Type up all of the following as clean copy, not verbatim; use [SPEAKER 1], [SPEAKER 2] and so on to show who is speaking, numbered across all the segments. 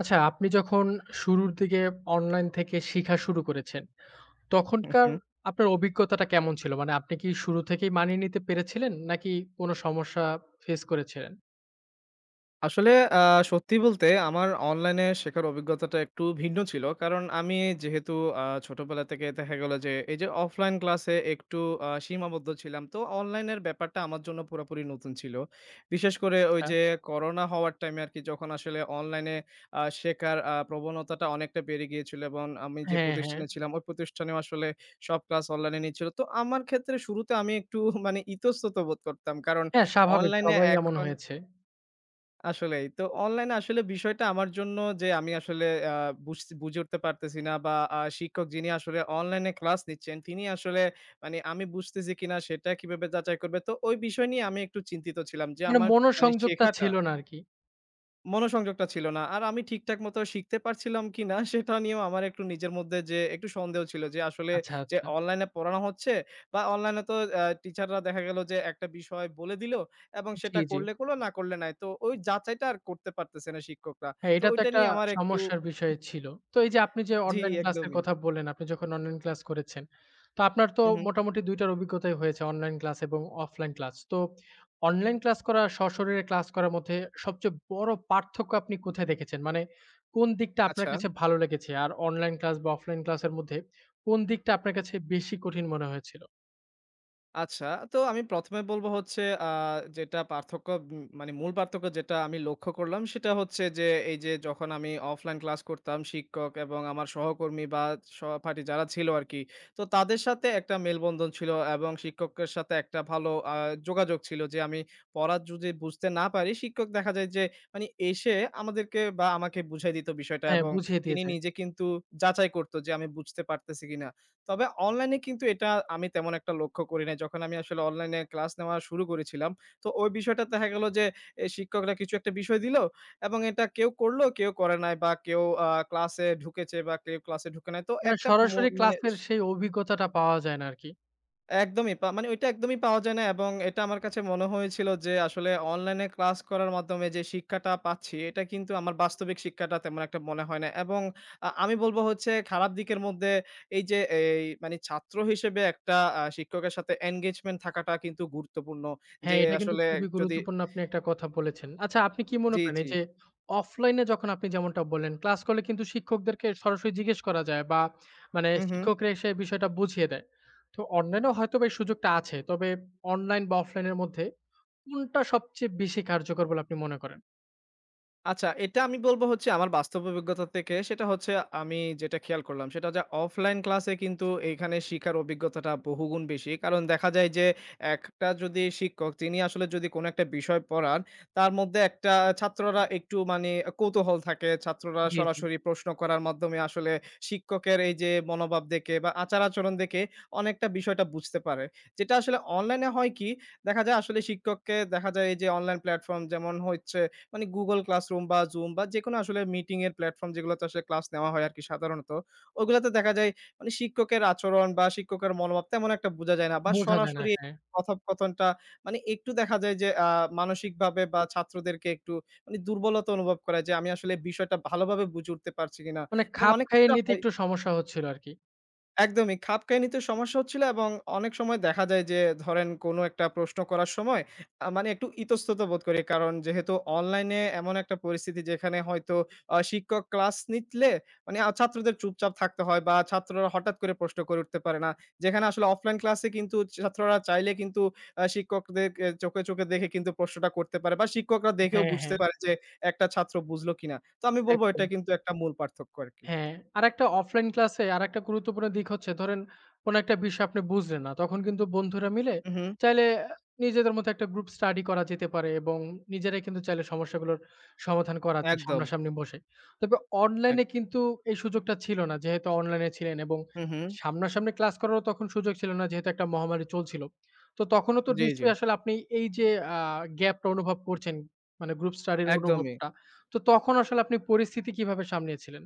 [SPEAKER 1] আচ্ছা, আপনি যখন শুরুর দিকে অনলাইন থেকে শিখা শুরু করেছেন,
[SPEAKER 2] হুম,
[SPEAKER 1] তখনকার
[SPEAKER 2] হুম।
[SPEAKER 1] আপনার অভিজ্ঞতাটা কেমন ছিল? মানে আপনি কি শুরু থেকেই মানিয়ে নিতে পেরেছিলেন? নাকি কোনো সমস্যা ফেস করেছিলেন?
[SPEAKER 2] আসলে আ সত্যি বলতে আমার অনলাইনে শেখার অভিজ্ঞতাটা একটু ভিন্ন ছিল। কারণ আমি যেহেতু ছোটবেলা থেকে দেখা গেল যে এই যে অফলাইন ক্লাসে একটু সীমাবদ্ধ ছিলাম। তো অনলাইনের ব্যাপারটা আমার জন্য পুরোপুরি নতুন ছিল। বিশেষ করে ওই
[SPEAKER 1] আচ্ছা।
[SPEAKER 2] যে করোনা হওয়ার টাইমে আরকি যখন আসলে অনলাইনে শেখার প্রবণতাটা অনেকটা বেড়ে গিয়েছিল এবং আমি যে
[SPEAKER 1] হ্যাঁ, হ্যাঁ।
[SPEAKER 2] প্রতিষ্ঠানে ছিলাম ওই প্রতিষ্ঠানেও আসলে সব ক্লাস অনলাইনে নিচ্ছিল। তো আমার ক্ষেত্রে শুরুতে আমি একটু মানে ইতস্তত বোধ করতাম। কারণ
[SPEAKER 1] হ্যাঁ, স্বাভাবিক
[SPEAKER 2] অনলাইনে
[SPEAKER 1] সবাই এমন
[SPEAKER 2] এখন
[SPEAKER 1] হয়েছে।
[SPEAKER 2] আসলেই। তো অনলাইনে আসলে বিষয়টা আমার জন্য যে আমি আসলে আ বুঝে উঠতে পারতেছি না, বা শিক্ষক যিনি আসলে অনলাইনে ক্লাস নিচ্ছেন, তিনি আসলে মানে আমি বুঝতেছি কিনা সেটা কিভাবে যাচাই করবে? তো ওই বিষয় নিয়ে আমি একটু চিন্তিত ছিলাম যে
[SPEAKER 1] মানে
[SPEAKER 2] আমার মানে
[SPEAKER 1] মনোসংযোগটা
[SPEAKER 2] শেখাটা,
[SPEAKER 1] ছিল না আরকি।
[SPEAKER 2] মনোসংযোগটা ছিল না। আর আমি ঠিকঠাক মতো শিখতে পারছিলাম কিনা সেটা নিয়েও আমার একটু নিজের মধ্যে যে একটু সন্দেহ ছিল, যে আসলে
[SPEAKER 1] আচ্ছা,
[SPEAKER 2] যে
[SPEAKER 1] আচ্ছা।
[SPEAKER 2] অনলাইনে পড়ানো হচ্ছে, বা অনলাইনে তো টিচাররা দেখা গেল যে একটা বিষয় বলে দিল, এবং
[SPEAKER 1] জি,
[SPEAKER 2] সেটা
[SPEAKER 1] জি।
[SPEAKER 2] করলে করলো, না করলে নাই। তো ওই যাচাইটা আর করতে পারতেছে না শিক্ষকরা।
[SPEAKER 1] হ্যাঁ,
[SPEAKER 2] তো
[SPEAKER 1] এটা তো
[SPEAKER 2] ওইটা
[SPEAKER 1] একটা
[SPEAKER 2] নিয়ে আমার একটু।
[SPEAKER 1] সমস্যার বিষয় ছিল। তো এই যে আপনি যে
[SPEAKER 2] জি,
[SPEAKER 1] অনলাইন ক্লাসের
[SPEAKER 2] একদমই।
[SPEAKER 1] কথা বললেন, আপনি যখন অনলাইন ক্লাস করেছেন, তো আপনার তো
[SPEAKER 2] হু, হু।
[SPEAKER 1] মোটামুটি ২ টার অভিজ্ঞতাই হয়েছে অনলাইন ক্লাস এবং অফলাইন ক্লাস। তো অনলাইন ক্লাস করা আর সশরীরে ক্লাস করার মধ্যে সবচেয়ে বড় পার্থক্য আপনি কোথায় দেখেছেন? মানে কোন দিকটা আপনার
[SPEAKER 2] আচ্ছা।
[SPEAKER 1] কাছে ভালো লেগেছে? আর অনলাইন ক্লাস বা অফলাইন ক্লাসের মধ্যে কোন দিকটা আপনার কাছে বেশি কঠিন মনে হয়েছিল?
[SPEAKER 2] আচ্ছা, তো আমি ১ম এ বলব হচ্ছে যেটা পার্থক্য, মানে মূল পার্থক্য যেটা আমি লক্ষ্য করলাম সেটা হচ্ছে যে, এই যে যখন আমি অফলাইন ক্লাস করতাম, শিক্ষক এবং আমার সহকর্মী বা সহপাঠী যারা ছিল আরকি। তো তাদের সাথে একটা মেলবন্ধন ছিল, এবং শিক্ষকের সাথে একটা ভালো যোগাযোগ ছিল যে আমি পড়া যদি বুঝতে না পারি, শিক্ষক দেখা যায় যে মানে এসে আমাদেরকে বা আমাকে বুঝাই দিত বিষয়টা,
[SPEAKER 1] হ্যাঁ,
[SPEAKER 2] এবং
[SPEAKER 1] বুঝিয়ে দিয়ে
[SPEAKER 2] তিনি
[SPEAKER 1] যায়।
[SPEAKER 2] নিজে কিন্তু যাচাই করত যে আমি বুঝতে পারতেছি কিনা। তবে অনলাইনে কিন্তু এটা আমি তেমন একটা লক্ষ্য করি নাই, যখন আমি আসলে অনলাইনে ক্লাস নেওয়া শুরু করেছিলাম। তো ওই বিষয়টা দেখা গেল যে শিক্ষকরা কিছু একটা বিষয় দিলো, এবং এটা কেউ করলো, কেউ করে নাই, বা কেউ ক্লাসে ঢুকেছে বা কেউ ক্লাসে ঢুকে নাই। তো
[SPEAKER 1] মানে
[SPEAKER 2] একটা
[SPEAKER 1] সরাসরি
[SPEAKER 2] মানে
[SPEAKER 1] ক্লাসের সেই অভিজ্ঞতাটা পাওয়া যায় না আরকি।
[SPEAKER 2] একদমই মানে ওইটা একদমই পাওয়া যায় না, এবং এটা আমার কাছে মনে হয়েছিল যে আসলে অনলাইনে ক্লাস করার মাধ্যমে যে শিক্ষাটা পাচ্ছি, এটা কিন্তু আমার বাস্তবিক শিক্ষাটা তেমন একটা মনে হয় না। এবং আমি বলব হচ্ছে খারাপ দিকের মধ্যে এই যে এই মানে ছাত্র হিসেবে একটা শিক্ষকের সাথে engagement থাকাটা কিন্তু গুরুত্বপূর্ণ। যে
[SPEAKER 1] হ্যাঁ, এটা কিন্তু
[SPEAKER 2] আসলে
[SPEAKER 1] খুবই
[SPEAKER 2] যদি।
[SPEAKER 1] গুরুত্বপূর্ণ আপনি একটা কথা বলেছেন। আচ্ছা আপনি কি মনে
[SPEAKER 2] জি,
[SPEAKER 1] করেন এই
[SPEAKER 2] জি।
[SPEAKER 1] যে অফলাইনে যখন আপনি যেমনটা বললেন, ক্লাস করলে কিন্তু শিক্ষকদেরকে সরাসরি জিজ্ঞেস করা যায় বা মানে
[SPEAKER 2] হু, হু।
[SPEAKER 1] শিক্ষকরা এসে বিষয়টা বুঝিয়ে দেয়। তো অনলাইনেও হয়তোবা এই সুযোগটা আছে। তবে অনলাইন বা অফলাইনের মধ্যে কোনটা সবচেয়ে বেশি কার্যকর বলে আপনি মনে করেন?
[SPEAKER 2] আচ্ছা, এটা আমি বলব হচ্ছে আমার বাস্তব অভিজ্ঞতা থেকে, সেটা হচ্ছে আমি যেটা খেয়াল করলাম সেটা, যে অফলাইন ক্লাসে কিন্তু এইখানে শিখার অভিজ্ঞতাটা বহুগুণ বেশি। কারণ দেখা যায় যে একটা যদি শিক্ষক, তিনি আসলে যদি কোনো একটা বিষয় পড়ান, তার মধ্যে একটা ছাত্ররা একটু মানে কৌতূহল থাকে। ছাত্ররা
[SPEAKER 1] জি, জি।
[SPEAKER 2] সরাসরি প্রশ্ন করার মাধ্যমে আসলে শিক্ষকের এই যে মনোভাব দেখে বা আচার-আচরণ দেখে অনেকটা বিষয়টা বুঝতে পারে। যেটা আসলে অনলাইনে হয় কি, দেখা যায় আসলে শিক্ষককে দেখা যায় এই যে অনলাইন প্ল্যাটফর্ম যেমন হচ্ছে মানে Google Classroom বা Zoom বা যেকোনো আসলে মিটিং এর প্ল্যাটফর্ম যেগুলোতে আসলে ক্লাস নেওয়া হয় আরকি সাধারণত। ওগুলাতে দেখা যায় মানে শিক্ষকের আচরণ বা শিক্ষকের মনোভাব তেমন একটা বোঝা যায় না, বা
[SPEAKER 1] বোঝা যায় না,
[SPEAKER 2] সরাসরি
[SPEAKER 1] হ্যাঁ।
[SPEAKER 2] কথোপকথনটা মানে একটু দেখা যায় যে মানসিকভাবে বা ছাত্রদেরকে একটু মানে দুর্বলতা অনুভব করায় যে আমি আসলে বিষয়টা ভালোভাবে বুঝে উঠতে পারছি কিনা,
[SPEAKER 1] মানে
[SPEAKER 2] এবং
[SPEAKER 1] খাপ
[SPEAKER 2] অনেক
[SPEAKER 1] খাইয়ে
[SPEAKER 2] ক্ষেত্রে
[SPEAKER 1] নিতে
[SPEAKER 2] হয়
[SPEAKER 1] একটু সমস্যা হচ্ছিল আরকি।
[SPEAKER 2] একদমই। খাপ খাইয়ে নিতে সমস্যা হচ্ছিল, এবং অনেক সময় দেখা যায় যে ধরেন কোনো একটা প্রশ্ন করার সময় মানে একটু ইতস্তত বোধ করি। কারণ যেহেতু অনলাইনে এমন একটা পরিস্থিতি যেখানে হয়তো শিক্ষক ক্লাস নিলে মানে ছাত্রদের চুপচাপ থাকতে হয়, বা ছাত্ররা হঠাৎ করে প্রশ্ন করে উঠতে পারে না। যেখানে আসলে অফলাইন ক্লাসে কিন্তু ছাত্ররা চাইলে কিন্তু শিক্ষকদেরকে চোখে, চোখে দেখে কিন্তু প্রশ্নটা করতে পারে, বা শিক্ষকরা দেখেও
[SPEAKER 1] হ্যাঁ,
[SPEAKER 2] বুঝতে
[SPEAKER 1] হ্যাঁ,
[SPEAKER 2] পারে যে একটা ছাত্র বুঝলো কিনা। তো আমি বলব
[SPEAKER 1] একদম।
[SPEAKER 2] এটা কিন্তু একটা মূল পার্থক্য আরকি।
[SPEAKER 1] হ্যাঁ, আরেকটা অফলাইন ক্লাসে আরেকটা গুরুত্বপূর্ণ দিক হচ্ছে ধরেন কোন একটা বিষয় আপনি বুঝলেন না। তখন কিন্তু বন্ধুরা মিলে
[SPEAKER 2] হু, হু।
[SPEAKER 1] চাইলে নিজেদের মতো একটা গ্রুপ স্টাডি করা যেতে পারে এবং নিজেরাই কিন্তু চাইলে সমস্যাগুলোর সমাধান করা যায়
[SPEAKER 2] একদম।
[SPEAKER 1] সামনাসামনি বসে। তবে
[SPEAKER 2] এক
[SPEAKER 1] অনলাইনে কিন্তু এই সুযোগটা ছিল না। যেহেতু অনলাইনে ছিলেন এবং
[SPEAKER 2] হু, হু।
[SPEAKER 1] সামনাসামনি ক্লাস করারও তখন সুযোগ ছিল না যেহেতু একটা মহামারী চলছিল। তো তখনও তো
[SPEAKER 2] জি, জি।
[SPEAKER 1] নিশ্চয়ই আসলে আপনি এই যে আ গ্যাপটা অনুভব করছেন মানে গ্রুপ স্টাডির
[SPEAKER 2] একদমই।
[SPEAKER 1] অনুভবটা। তো তখন আসলে আপনি পরিস্থিতি কিভাবে সামলিয়েছিলেন?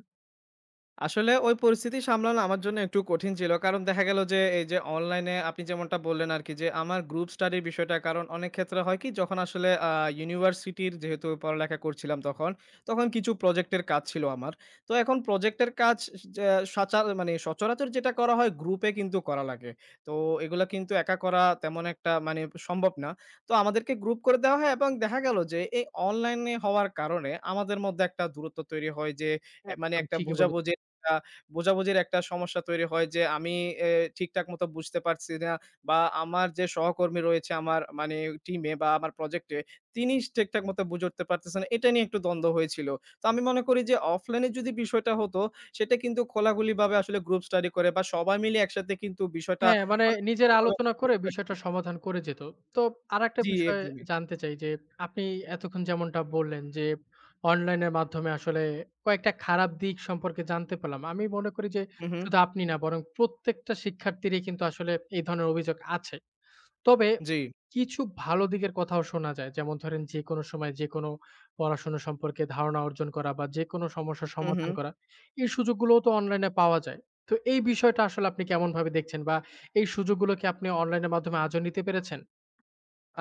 [SPEAKER 2] আসলে ওই পরিস্থিতি সামলানো আমার জন্য একটু কঠিন ছিল। কারণ দেখা গেল যে, এই যে অনলাইনে আপনি যেমনটা বললেন আরকি, যে আমার গ্রুপ স্টাডির বিষয়টা, কারণ অনেক ক্ষেত্রে হয় কি যখন আসলে ইউনিভার্সিটির যেহেতু পড়ালেখা করছিলাম তখন, তখন কিছু প্রজেক্টের কাজ ছিল আমার। তো এখন প্রজেক্টের কাজ, যে মানে সচরাচর যেটা করা হয়, গ্রুপে কিন্তু করা লাগে। তো এগুলা কিন্তু একা করা তেমন একটা মানে সম্ভব না। তো আমাদেরকে গ্রুপ করে দেওয়া হয়, এবং দেখা গেল যে, এই অনলাইনে হওয়ার কারণে আমাদের মধ্যে একটা দূরত্ব তৈরি হয়, যে মানে
[SPEAKER 1] একদম
[SPEAKER 2] একটা
[SPEAKER 1] ঠিকই বলেছেন।
[SPEAKER 2] বোঝাবুঝি, একটা বোঝাবুঝির একটা সমস্যা তৈরি হয়, যে আমি এ ঠিকঠাক মতো বুঝতে পারছি না, বা আমার যে সহকর্মী রয়েছে আমার মানে টিমে বা আমার প্রজেক্টে, তিনি ঠিকঠাক মতো বুঝে উঠতে পারতেছেন, এটা নিয়ে একটু দ্বন্দ্ব হয়েছিল। তো আমি মনে করি যে অফলাইনে যদি বিষয়টা হতো, সেটা কিন্তু খোলাখুলিভাবে আসলে গ্রুপ স্টাডি করে বা সবাই মিলে একসাথে কিন্তু বিষয়টা
[SPEAKER 1] হ্যাঁ, মানে
[SPEAKER 2] অনেক
[SPEAKER 1] নিজের
[SPEAKER 2] সুন্দরভাবে
[SPEAKER 1] আলোচনা
[SPEAKER 2] বোঝা
[SPEAKER 1] করে
[SPEAKER 2] যেত আর কি।
[SPEAKER 1] বিষয়টা সমাধান করে যেত। তো আরেকটা
[SPEAKER 2] জি,
[SPEAKER 1] বিষয়
[SPEAKER 2] একদমই।
[SPEAKER 1] জানতে চাই যে, আপনি এতক্ষণ যেমনটা বললেন যে, অনলাইনের মাধ্যমে আসলে কয়েকটা খারাপ দিক সম্পর্কে জানতে পারলাম। আমি মনে করি যে,
[SPEAKER 2] হু, হু।
[SPEAKER 1] শুধু আপনি না বরং প্রত্যেকটা শিক্ষার্থীরই কিন্তু আসলে এই ধরনের অভিযোগ আছে। তবে
[SPEAKER 2] জি।
[SPEAKER 1] কিছু ভালো দিকের কথাও শোনা যায়। যেমন ধরেন যেকোনো সময় যেকোনো পড়াশোনা সম্পর্কে ধারণা অর্জন করা বা যেকোনো সমস্যার
[SPEAKER 2] হু, হু।
[SPEAKER 1] সমাধান করা, এই সুযোগগুলোও তো অনলাইনে পাওয়া যায়। তো এই বিষয়টা আসলে আপনি কেমনভাবে দেখছেন বা এই সুযোগগুলো কি আপনি অনলাইনের মাধ্যমে আজও নিতে পেরেছেন?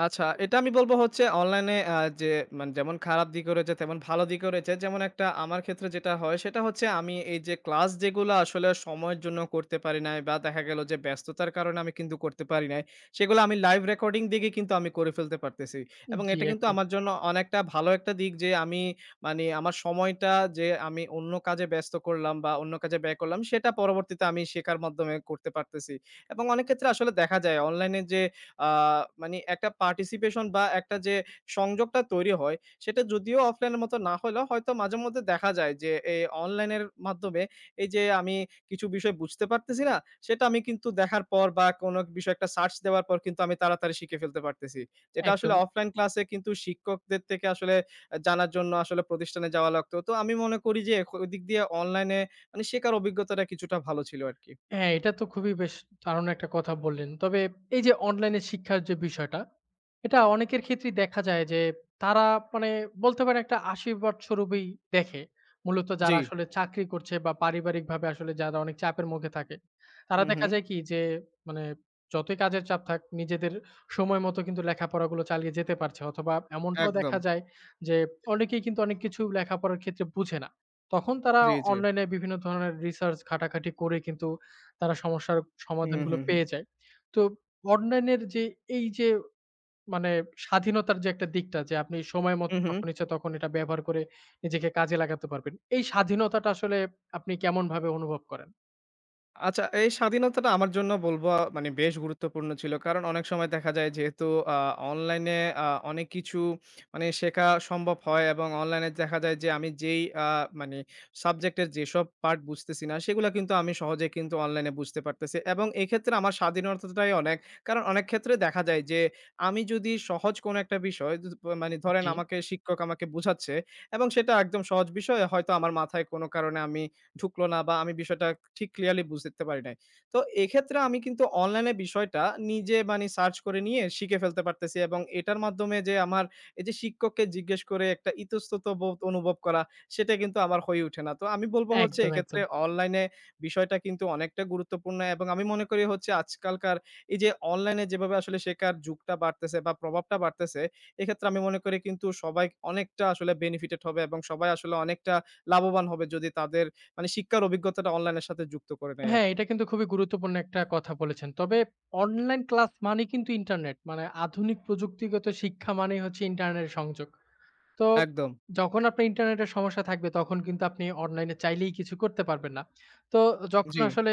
[SPEAKER 2] আচ্ছা, এটা আমি বলব হচ্ছে অনলাইনে যে মানে যেমন খারাপ দিকও রয়েছে, তেমন ভালো দিকও রয়েছে। যেমন একটা আমার ক্ষেত্রে যেটা হয়, সেটা হচ্ছে আমি এই যে ক্লাস যেগুলা আসলে সময়ের জন্য করতে পারি নাই, বা দেখা গেল যে ব্যস্ততার কারণে আমি কিন্তু করতে পারি নাই, সেগুলো আমি লাইভ রেকর্ডিং দেখে কিন্তু আমি করে ফেলতে পারতেছি। এবং
[SPEAKER 1] জি,
[SPEAKER 2] এটা কিন্তু
[SPEAKER 1] একদম,
[SPEAKER 2] আমার জন্য অনেকটা ভালো একটা দিক যে আমি, মানে আমার সময়টা যে আমি অন্য কাজে ব্যস্ত করলাম বা অন্য কাজে ব্যয় করলাম, সেটা পরবর্তীতে আমি শেখার মাধ্যমে করতে পারতেছি। এবং অনেক ক্ষেত্রে আসলে দেখা যায় অনলাইনে যে আ মানে একটা পার্টিসিপেশন বা একটা যে সংযোগটা তৈরি হয়, সেটা যদিও অফলাইনের মতো না হইলেও, হয়তো মাঝেমধ্যে দেখা যায় যে এই অনলাইনের মাধ্যমে এই যে আমি কিছু বিষয় বুঝতে পারতেছি না, সেটা আমি কিন্তু দেখার পর বা কোনো বিষয়ে একটা সার্চ দেওয়ার পর কিন্তু আমি তাড়াতাড়ি শিখে ফেলতে পারতেছি। যেটা আসলে
[SPEAKER 1] একদম।
[SPEAKER 2] অফলাইন ক্লাসে কিন্তু শিক্ষকদের থেকে আসলে জানার জন্য আসলে প্রতিষ্ঠানে যাওয়া লাগতো। তো আমি মনে করি যে ওদিক দিয়ে অনলাইনে মানে শেখার অভিজ্ঞতাটা কিছুটা ভালো ছিল আরকি।
[SPEAKER 1] হ্যাঁ, এটা তো খুবই বেশ দারুণ একটা কথা বললেন। তবে এই যে অনলাইনে শিক্ষার যে বিষয়টা, এটা অনেকের ক্ষেত্রেই দেখা যায় যে তারা মানে বলতে পারেন একটা আশীর্বাদ স্বরূপেই দেখে। মূলত
[SPEAKER 2] জি।
[SPEAKER 1] যারা আসলে চাকরি করছে বা পারিবারিকভাবে আসলে যারা অনেক চাপের মুখে থাকে, তারা
[SPEAKER 2] হুম,
[SPEAKER 1] দেখা
[SPEAKER 2] হুম।
[SPEAKER 1] যায় কি যে মানে যতই কাজের চাপ থাক নিজেদের সময় মতো কিন্তু লেখাপড়াগুলো চালিয়ে যেতে পারছে অথবা এমনটাও
[SPEAKER 2] একদম।
[SPEAKER 1] দেখা যায় যে অনেকেই কিন্তু অনেক কিছু লেখাপড়ার ক্ষেত্রে বুঝে না। তখন তারা
[SPEAKER 2] জি, জি।
[SPEAKER 1] অনলাইনে বিভিন্ন ধরনের রিসার্চ ঘাটাঘাটি করে কিন্তু তারা সমস্যার
[SPEAKER 2] হুম,
[SPEAKER 1] সমাধানগুলো
[SPEAKER 2] হুম, হুম।
[SPEAKER 1] পেয়ে যায়। তো অনলাইনের যে এই যে মানে স্বাধীনতার যে একটা দিকটা যে আপনি সময় মতো
[SPEAKER 2] হুম, হুম।
[SPEAKER 1] যখন ইচ্ছা তখন এটা ব্যবহার করে নিজেকে কাজে লাগাতে পারবেন। এই স্বাধীনতাটা আসলে আপনি কেমনভাবে অনুভব করেন?
[SPEAKER 2] আচ্ছা, এই স্বাধীনতাটা আমার জন্য বলব মানে বেশ গুরুত্বপূর্ণ ছিল। কারণ অনেক সময় দেখা যায় যেহেতু আ অনলাইনে অনেক কিছু মানে শেখা সম্ভব হয়, এবং অনলাইনে দেখা যায় যে আমি যেই মানে সাবজেক্টের যেসব পার্ট বুঝতেছি না সেগুলা কিন্তু আমি সহজে কিন্তু অনলাইনে বুঝতে পারতেছি। এবং এক্ষেত্রে আমার স্বাধীনতাটাই অনেক। কারণ অনেক ক্ষেত্রে দেখা যায় যে আমি যদি সহজ কোনো একটা বিষয় মানে ধরেন
[SPEAKER 1] জি।
[SPEAKER 2] আমাকে শিক্ষক আমাকে বুঝাচ্ছে, এবং সেটা একদম সহজ বিষয়, হয়তো আমার মাথায় কোনো কারণে আমি ঢুকলো না বা আমি বিষয়টা ঠিক ক্লিয়ারলি বুঝতে পারি নাই। তো এক্ষেত্রে আমি কিন্তু অনলাইনে বিষয়টা নিজে মানে সার্চ করে নিয়ে শিখে ফেলতে পারতেছি, এবং এটার মাধ্যমে যে আমার এই যে শিক্ষককে জিজ্ঞেস করে একটা ইতস্তত বোধ অনুভব করা, সেটা কিন্তু আমার হয়ে ওঠে না। তো আমি বলব হচ্ছে
[SPEAKER 1] একদম,
[SPEAKER 2] এক্ষেত্রে
[SPEAKER 1] একদম।
[SPEAKER 2] অনলাইনে বিষয়টা কিন্তু অনেকটা গুরুত্বপূর্ণ, এবং আমি মনে করি হচ্ছে আজকালকার এই যে অনলাইনে যেভাবে আসলে শেখার যুগটা বাড়তেছে বা প্রভাবটা বাড়তেছে, এক্ষেত্রে আমি মনে করি কিন্তু সবাই অনেকটা আসলে বেনিফিটেড হবে এবং সবাই আসলে অনেকটা লাভবান হবে যদি তাদের মানে শিক্ষার অভিজ্ঞতাটা অনলাইনের সাথে যুক্ত করে নেই
[SPEAKER 1] হ্যাঁ,
[SPEAKER 2] আরকি।
[SPEAKER 1] এটা কিন্তু খুবই গুরুত্বপূর্ণ একটা কথা বলেছেন। তবে অনলাইন ক্লাস মানেই কিন্তু ইন্টারনেট। মানে আধুনিক প্রযুক্তিগত শিক্ষা মানেই হচ্ছে ইন্টারনেট সংযোগ। তো
[SPEAKER 2] একদম।
[SPEAKER 1] যখন আপনার ইন্টারনেটের সমস্যা থাকবে তখন কিন্তু আপনি অনলাইনে চাইলেই কিছু করতে পারবেন না। তো যখন
[SPEAKER 2] জি।
[SPEAKER 1] আসলে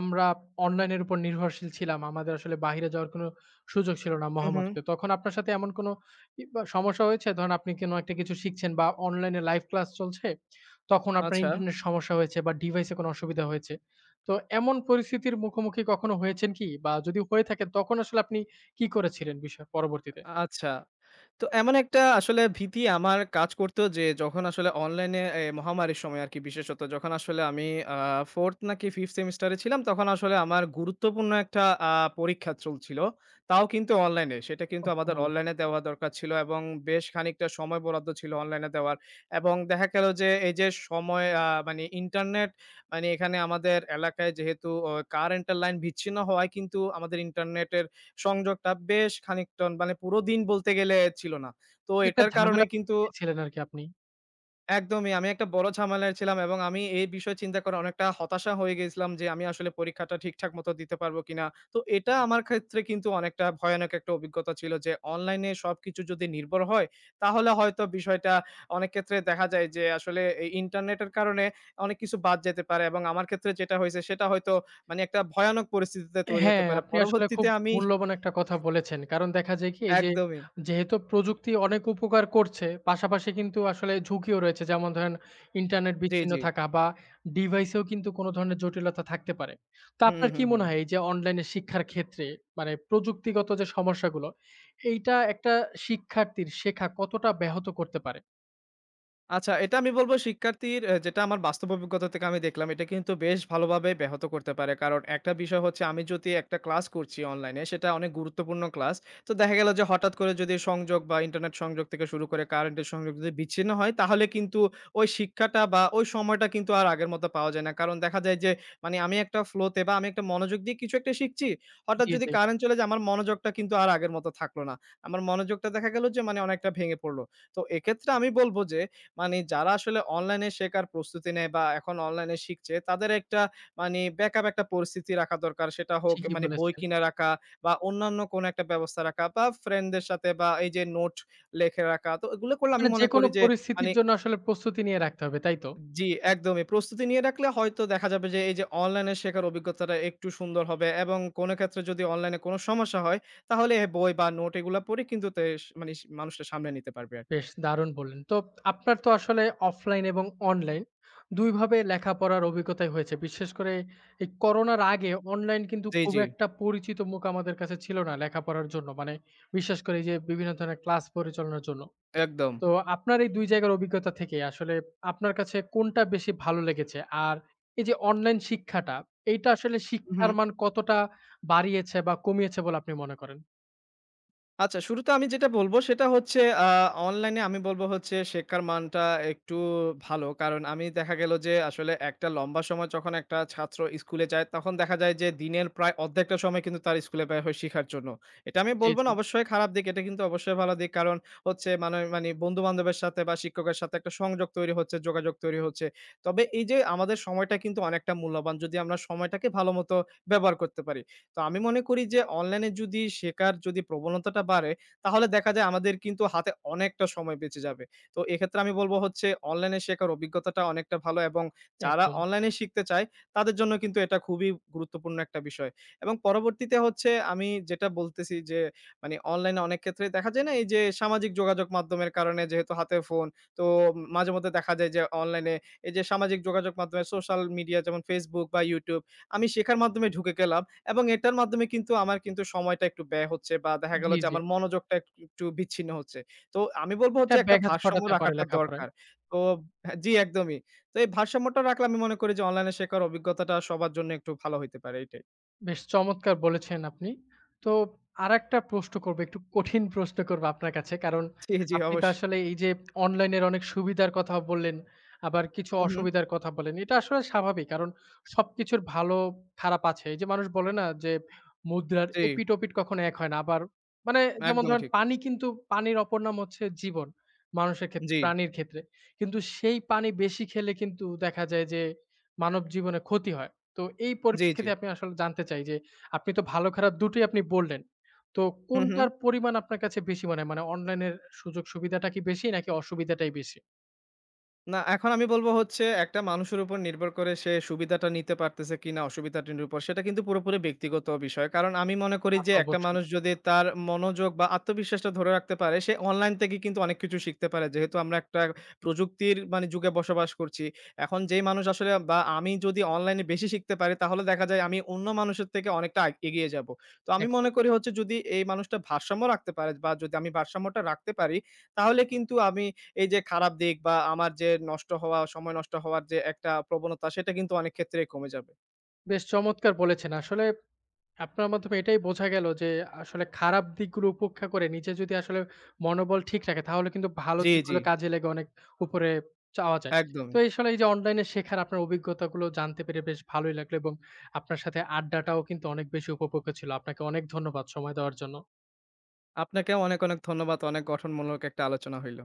[SPEAKER 1] আমরা অনলাইনের উপর নির্ভরশীল ছিলাম, আমাদের আসলে বাহিরে যাওয়ার কোনো সুযোগ ছিল না
[SPEAKER 2] হু, হু।
[SPEAKER 1] মহামারীতে। তখন আপনার সাথে এমন কোনো বা সমস্যা হয়েছে? ধরেন আপনি কোনো একটা কিছু শিখছেন বা অনলাইনে লাইভ ক্লাস চলছে, তখন আপনার
[SPEAKER 2] আচ্ছা।
[SPEAKER 1] ইন্টারনেট সমস্যা হয়েছে বা ডিভাইসে কোনো অসুবিধা হয়েছে। তো এমন পরিস্থিতির মুখোমুখি কখনো হয়েছেন কি? বা যদি হয়ে থাকেন তখন আসলে আপনি কি করেছিলেন বিষয় পরবর্তীতে?
[SPEAKER 2] আচ্ছা, তো এমন একটা আসলে ভীতি আমার কাজ করত, যে যখন আসলে অনলাইনে মহামারীর সময় আরকি, বিশেষত যখন আসলে আমি আ 4th নাকি 5th সেমিস্টারে ছিলাম, তখন আসলে আমার গুরুত্বপূর্ণ একটা আ পরীক্ষা চলছিল। তাও কিন্তু অনলাইনে। সেটা কিন্তু আমাদের অনলাইনে দেওয়া দরকার ছিল, এবং বেশ খানিকটা সময় বরাদ্দ ছিল অনলাইনে দেওয়ার। এবং দেখা গেল যে এই যে সময় মানে ইন্টারনেট মানে এখানে আমাদের এলাকায় যেহেতু কারেন্টের লাইন বিচ্ছিন্ন হওয়ায় কিন্তু আমাদের ইন্টারনেটের সংযোগটা বেশ খানিকটা, মানে পুরো দিন বলতে গেলে, ছিল না। তো
[SPEAKER 1] একটা
[SPEAKER 2] এটার কারণে
[SPEAKER 1] ঝামেলা
[SPEAKER 2] কিন্তু
[SPEAKER 1] গিয়েছিলেন আরকি আপনি।
[SPEAKER 2] একদমই আমি একটা বড় ঝামেলায় ছিলাম, এবং আমি এই বিষয়ে চিন্তা করে অনেকটা হতাশা হয়ে গেছিলাম যে আমি আসলে পরীক্ষাটা ঠিকঠাক মতো দিতে পারবো কিনা। তো এটা আমার ক্ষেত্রে কিন্তু অনেকটা ভয়ানক একটা অভিজ্ঞতা ছিল, যে অনলাইনে সবকিছু যদি নির্ভর হয়, তাহলে হয়তো বিষয়টা, অনেক ক্ষেত্রে দেখা যায় যে আসলে এই ইন্টারনেটের কারণে অনেক কিছু বাদ যেতে পারে, এবং আমার ক্ষেত্রে যেটা হয়েছে সেটা হয়তো মানে একটা ভয়ানক পরিস্থিতিতে তৈরি হতে
[SPEAKER 1] হ্যাঁ,
[SPEAKER 2] পারে।
[SPEAKER 1] আপনি আসলে
[SPEAKER 2] পরবর্তীতে
[SPEAKER 1] খুব
[SPEAKER 2] আমি।
[SPEAKER 1] মূল্যবান একটা কথা বলেছেন। কারণ দেখা যায় কি এই যে,
[SPEAKER 2] একদমই।
[SPEAKER 1] যেহেতু প্রযুক্তি অনেক উপকার করছে, পাশাপাশি কিন্তু আসলে ঝুঁকিও রয়েছে। যেমন ধরেন ইন্টারনেট
[SPEAKER 2] জি,
[SPEAKER 1] বিচ্ছিন্ন
[SPEAKER 2] জি।
[SPEAKER 1] থাকা বা ডিভাইসেও কিন্তু কোনো ধরনের জটিলতা থাকতে পারে। তো
[SPEAKER 2] হুম,
[SPEAKER 1] আপনার কি
[SPEAKER 2] হুম, হুম।
[SPEAKER 1] মনে হয় এই যে অনলাইনে শিক্ষার ক্ষেত্রে মানে প্রযুক্তিগত যে সমস্যাগুলো, এইটা একটা শিক্ষার্থীর শেখা কতটা ব্যাহত করতে পারে?
[SPEAKER 2] আচ্ছা, এটা আমি বলব শিক্ষার্থীর যেটা আমার বাস্তব অভিজ্ঞতা থেকে আমি দেখলাম, এটা কিন্তু বেশ ভালোভাবে ব্যাহত করতে পারে। কারণ একটা বিষয় হচ্ছে আমি যদি একটা ক্লাস করছি অনলাইনে, সেটা অনেক গুরুত্বপূর্ণ ক্লাস। তো দেখা গেল যে হঠাৎ করে যদি সংযোগ বা ইন্টারনেট সংযোগ থেকে শুরু করে কারেন্টের সংযোগ যদি বিচ্ছিন্ন হয়, তাহলে কিন্তু ওই শিক্ষাটা বা ওই সময়টা কিন্তু আর আগের মতো পাওয়া যায় না। কারণ দেখা যায় যে মানে আমি একটা ফ্লো তে, বা আমি একটা মনোযোগ দিয়ে কিছু একটা শিখছি। হঠাৎ
[SPEAKER 1] জি,
[SPEAKER 2] যদি
[SPEAKER 1] জি,
[SPEAKER 2] কারেন্ট চলে যায়, আমার মনোযোগটা কিন্তু আর আগের মতো থাকলো না। আমার মনোযোগটা দেখা গেল যে মানে অনেকটা ভেঙে পড়ল। তো এক্ষেত্রে আমি বলব যে, মানে যারা আসলে অনলাইনে শেখার প্রস্তুতি নেয় বা এখন অনলাইনে শিখছে, তাদের একটা মানে ব্যাকআপ একটা পরিস্থিতি রাখা দরকার। সেটা হোক
[SPEAKER 1] ঠিকই
[SPEAKER 2] মানে বই
[SPEAKER 1] বলেছেন।
[SPEAKER 2] কিনে রাখা, বা অন্যান্য কোনো একটা ব্যবস্থা রাখা, বা ফ্রেন্ডদের সাথে, বা এই যে নোট লেখে রাখা। তো এগুলো করলে আমি
[SPEAKER 1] মানে
[SPEAKER 2] মনে
[SPEAKER 1] যেকোনো
[SPEAKER 2] করি যে মানে
[SPEAKER 1] পরিস্থিতির জন্য আসলে প্রস্তুতি নিয়ে রাখতে হবে, তাই তো?
[SPEAKER 2] জি, একদমই। প্রস্তুতি নিয়ে রাখলে হয়তো দেখা যাবে যে এই যে অনলাইনে শেখার অভিজ্ঞতাটা একটু সুন্দর হবে, এবং কোনো ক্ষেত্রে যদি অনলাইনে কোনো সমস্যা হয়, তাহলে বই বা নোট এগুলা পড়ে কিন্তু মানে মানুষটা সামলে নিতে পারবে আরকি।
[SPEAKER 1] বেশ দারুণ বললেন। তো আপনার তো আসলে অফলাইন এবং অনলাইন ২ ভাবে লেখাপড়ার অভিজ্ঞতাই হয়েছে। বিশেষ করে এই করোনার আগে অনলাইন কিন্তু
[SPEAKER 2] জি,
[SPEAKER 1] খুব
[SPEAKER 2] জি।
[SPEAKER 1] একটা পরিচিত মুখ আমাদের কাছে ছিল না লেখাপড়ার জন্য। মানে বিশেষ করে এই যে বিভিন্ন ধরনের ক্লাস পরিচালনার জন্য।
[SPEAKER 2] একদম।
[SPEAKER 1] তো আপনার এই ২ জায়গার অভিজ্ঞতা থেকে আসলে আপনার কাছে কোনটা বেশি ভালো লেগেছে? আর এই যে অনলাইন শিক্ষাটা, এইটা আসলে
[SPEAKER 2] হু, হু।
[SPEAKER 1] শিক্ষার মান কতটা বাড়িয়েছে বা কমিয়েছে বলে আপনি মনে করেন?
[SPEAKER 2] আচ্ছা, শুরুতে আমি যেটা বলব সেটা হচ্ছে আ অনলাইনে আমি বলব হচ্ছে শেখার মানটা একটু ভালো। কারণ আমি দেখা গেল যে আসলে একটা লম্বা সময় যখন একটা ছাত্র স্কুলে যায়, তখন দেখা যায় যে দিনের প্রায় অর্ধেকটা সময় কিন্তু তার স্কুলে ব্যয় হয় শিখার জন্য। এটা আমি
[SPEAKER 1] জি,
[SPEAKER 2] বলব
[SPEAKER 1] জি।
[SPEAKER 2] না অবশ্যই খারাপ দিক, এটা কিন্তু অবশ্যই ভালো দিক। কারণ হচ্ছে মানে মানে বন্ধু-বান্ধবের সাথে বা শিক্ষকের সাথে একটা সংযোগ তৈরি হচ্ছে, যোগাযোগ তৈরি হচ্ছে। তবে এই যে আমাদের সময়টা কিন্তু অনেকটা মূল্যবান, যদি আমরা সময়টাকে ভালোমতো ব্যবহার করতে পারি। তো আমি মনে করি যে অনলাইনে যদি শেখার যদি প্রবণতাটা বাড়ে, তাহলে দেখা যায় আমাদের কিন্তু হাতে অনেকটা সময় বেঁচে যাবে। তো এক্ষেত্রে আমি বলব হচ্ছে অনলাইনে শেখার অভিজ্ঞতাটা অনেকটা ভালো, এবং যারা
[SPEAKER 1] একদম।
[SPEAKER 2] অনলাইনে শিখতে চায় তাদের জন্য কিন্তু এটা খুবই গুরুত্বপূর্ণ একটা বিষয়। এবং পরবর্তীতে হচ্ছে আমি যেটা বলতেছি, যে মানে অনলাইনে অনেক ক্ষেত্রে দেখা যায় না এই যে সামাজিক যোগাযোগ মাধ্যমের কারণে, যেহেতু হাতে ফোন, তো মাঝেমধ্যে দেখা যায় যে অনলাইনে এই যে সামাজিক যোগাযোগ মাধ্যমে সোশ্যাল মিডিয়া যেমন Facebook বা YouTube, আমি শেখার মাধ্যমে ঢুকে গেলাম। এবং এটার মাধ্যমে কিন্তু আমার কিন্তু সময়টা একটু ব্যয় হচ্ছে বা দেখা গেল
[SPEAKER 1] জি,
[SPEAKER 2] যে
[SPEAKER 1] জি।
[SPEAKER 2] আমার মনোযোগটা একটু একটু বিচ্ছিন্ন হচ্ছে। তো আমি বলব হচ্ছে
[SPEAKER 1] এটা
[SPEAKER 2] একটা
[SPEAKER 1] ব্যাঘাত
[SPEAKER 2] ভারসাম্য
[SPEAKER 1] ঘটাতে পারে
[SPEAKER 2] রাখাটা
[SPEAKER 1] লেখাপড়ায়।
[SPEAKER 2] দরকার। তো হ্যাঁ, জি একদমই। তো এই ভারসাম্যটা রাখলে আমি মনে করি যে অনলাইনে শেখার অভিজ্ঞতাটা সবার জন্য একটু ভালো হইতে পারে এটাই।
[SPEAKER 1] বেশ চমৎকার বলেছেন আপনি। তো আরেকটা প্রশ্ন করবো, একটু কঠিন প্রশ্ন করবো আপনার কাছে। কারণ
[SPEAKER 2] জি, জি
[SPEAKER 1] আপনি তো
[SPEAKER 2] অবশ্যই।
[SPEAKER 1] আসলে এই যে অনলাইনের অনেক সুবিধার কথা বললেন, আবার কিছু
[SPEAKER 2] হু, হু।
[SPEAKER 1] অসুবিধার কথা বললেন। এটা আসলে স্বাভাবিক। কারণ সবকিছুর ভালো খারাপ আছে। এই যে মানুষ বলে না যে মুদ্রার
[SPEAKER 2] জি,
[SPEAKER 1] এপিঠ-ওপিঠ কখনো এক হয় না। আবার মানে যেমন
[SPEAKER 2] একদমই
[SPEAKER 1] ধরেন
[SPEAKER 2] ঠিক।
[SPEAKER 1] পানি কিন্তু পানির অপর নাম হচ্ছে জীবন। মানুষের ক্ষেত্রে,
[SPEAKER 2] জি,
[SPEAKER 1] প্রাণীর ক্ষেত্রে। কিন্তু সেই পানি বেশি খেলে কিন্তু দেখা যায় যে মানব জীবনে ক্ষতি হয়। তো এই
[SPEAKER 2] জি, জি।
[SPEAKER 1] পরিপ্রেক্ষিতে আপনি আসলে জানতে চাই যে, আপনি তো ভালো খারাপ দুটোই আপনি বললেন। তো
[SPEAKER 2] হু, হু।
[SPEAKER 1] কোনটার পরিমাণ আপনার কাছে বেশি মনে হয়? মানে অনলাইনের সুযোগ সুবিধাটা কি বেশি নাকি অসুবিধাটাই বেশি?
[SPEAKER 2] না, এখন আমি বলব হচ্ছে একটা মানুষের উপর নির্ভর করে সে সুবিধাটা নিতে পারতেছে কিনা অসুবিধাটির উপর, সেটা কিন্তু পুরোপুরি ব্যক্তিগত বিষয়। কারণ আমি মনে করি
[SPEAKER 1] তা তো
[SPEAKER 2] যে একটা
[SPEAKER 1] অবশ্যই।
[SPEAKER 2] মানুষ যদি তার মনোযোগ বা আত্মবিশ্বাসটা ধরে রাখতে পারে, সে অনলাইন থেকে কিন্তু অনেক কিছু শিখতে পারে। যেহেতু আমরা একটা প্রযুক্তির মানে যুগে বসবাস করছি। এখন যেই মানুষ আসলে, বা আমি যদি অনলাইনে বেশি শিখতে পারি, তাহলে দেখা যায় আমি অন্য মানুষের থেকে অনেকটা এগিয়ে যাব। তো আমি মনে
[SPEAKER 1] একদম।
[SPEAKER 2] করি হচ্ছে যদি এই মানুষটা ভারসাম্য রাখতে পারে, বা যদি আমি ভারসাম্যটা রাখতে পারি, তাহলে কিন্তু আমি এই যে খারাপ দিক বা আমার যে নষ্ট হওয়া, সময় নষ্ট হওয়ার যে একটা প্রবণতা, সেটা কিন্তু অনেক ক্ষেত্রেই কমে যাবে।
[SPEAKER 1] বেশ চমৎকার বলেছেন। আসলে আপনার মাধ্যমে এটাই বোঝা গেল যে আসলে খারাপ দিকগুলো উপেক্ষা করে নিজে যদি আসলে মনোবল ঠিক রাখে তাহলে কিন্তু ভালো
[SPEAKER 2] জি, জি,
[SPEAKER 1] দিকগুলো কাজে লেগে অনেক উপরে যাওয়া যায়। তো
[SPEAKER 2] একদমই।
[SPEAKER 1] এই আসলে এই যে অনলাইনে শেখার আপনার অভিজ্ঞতাগুলো জানতে পেরে বেশ ভালোই লাগলো এবং আপনার সাথে আড্ডাটাও কিন্তু অনেক বেশি উপভোগ্য ছিল। আপনাকে অনেক ধন্যবাদ সময় দেওয়ার জন্য।
[SPEAKER 2] আপনাকেও অনেক, অনেক ধন্যবাদ। অনেক গঠনমূলক একটা আলোচনা হইল।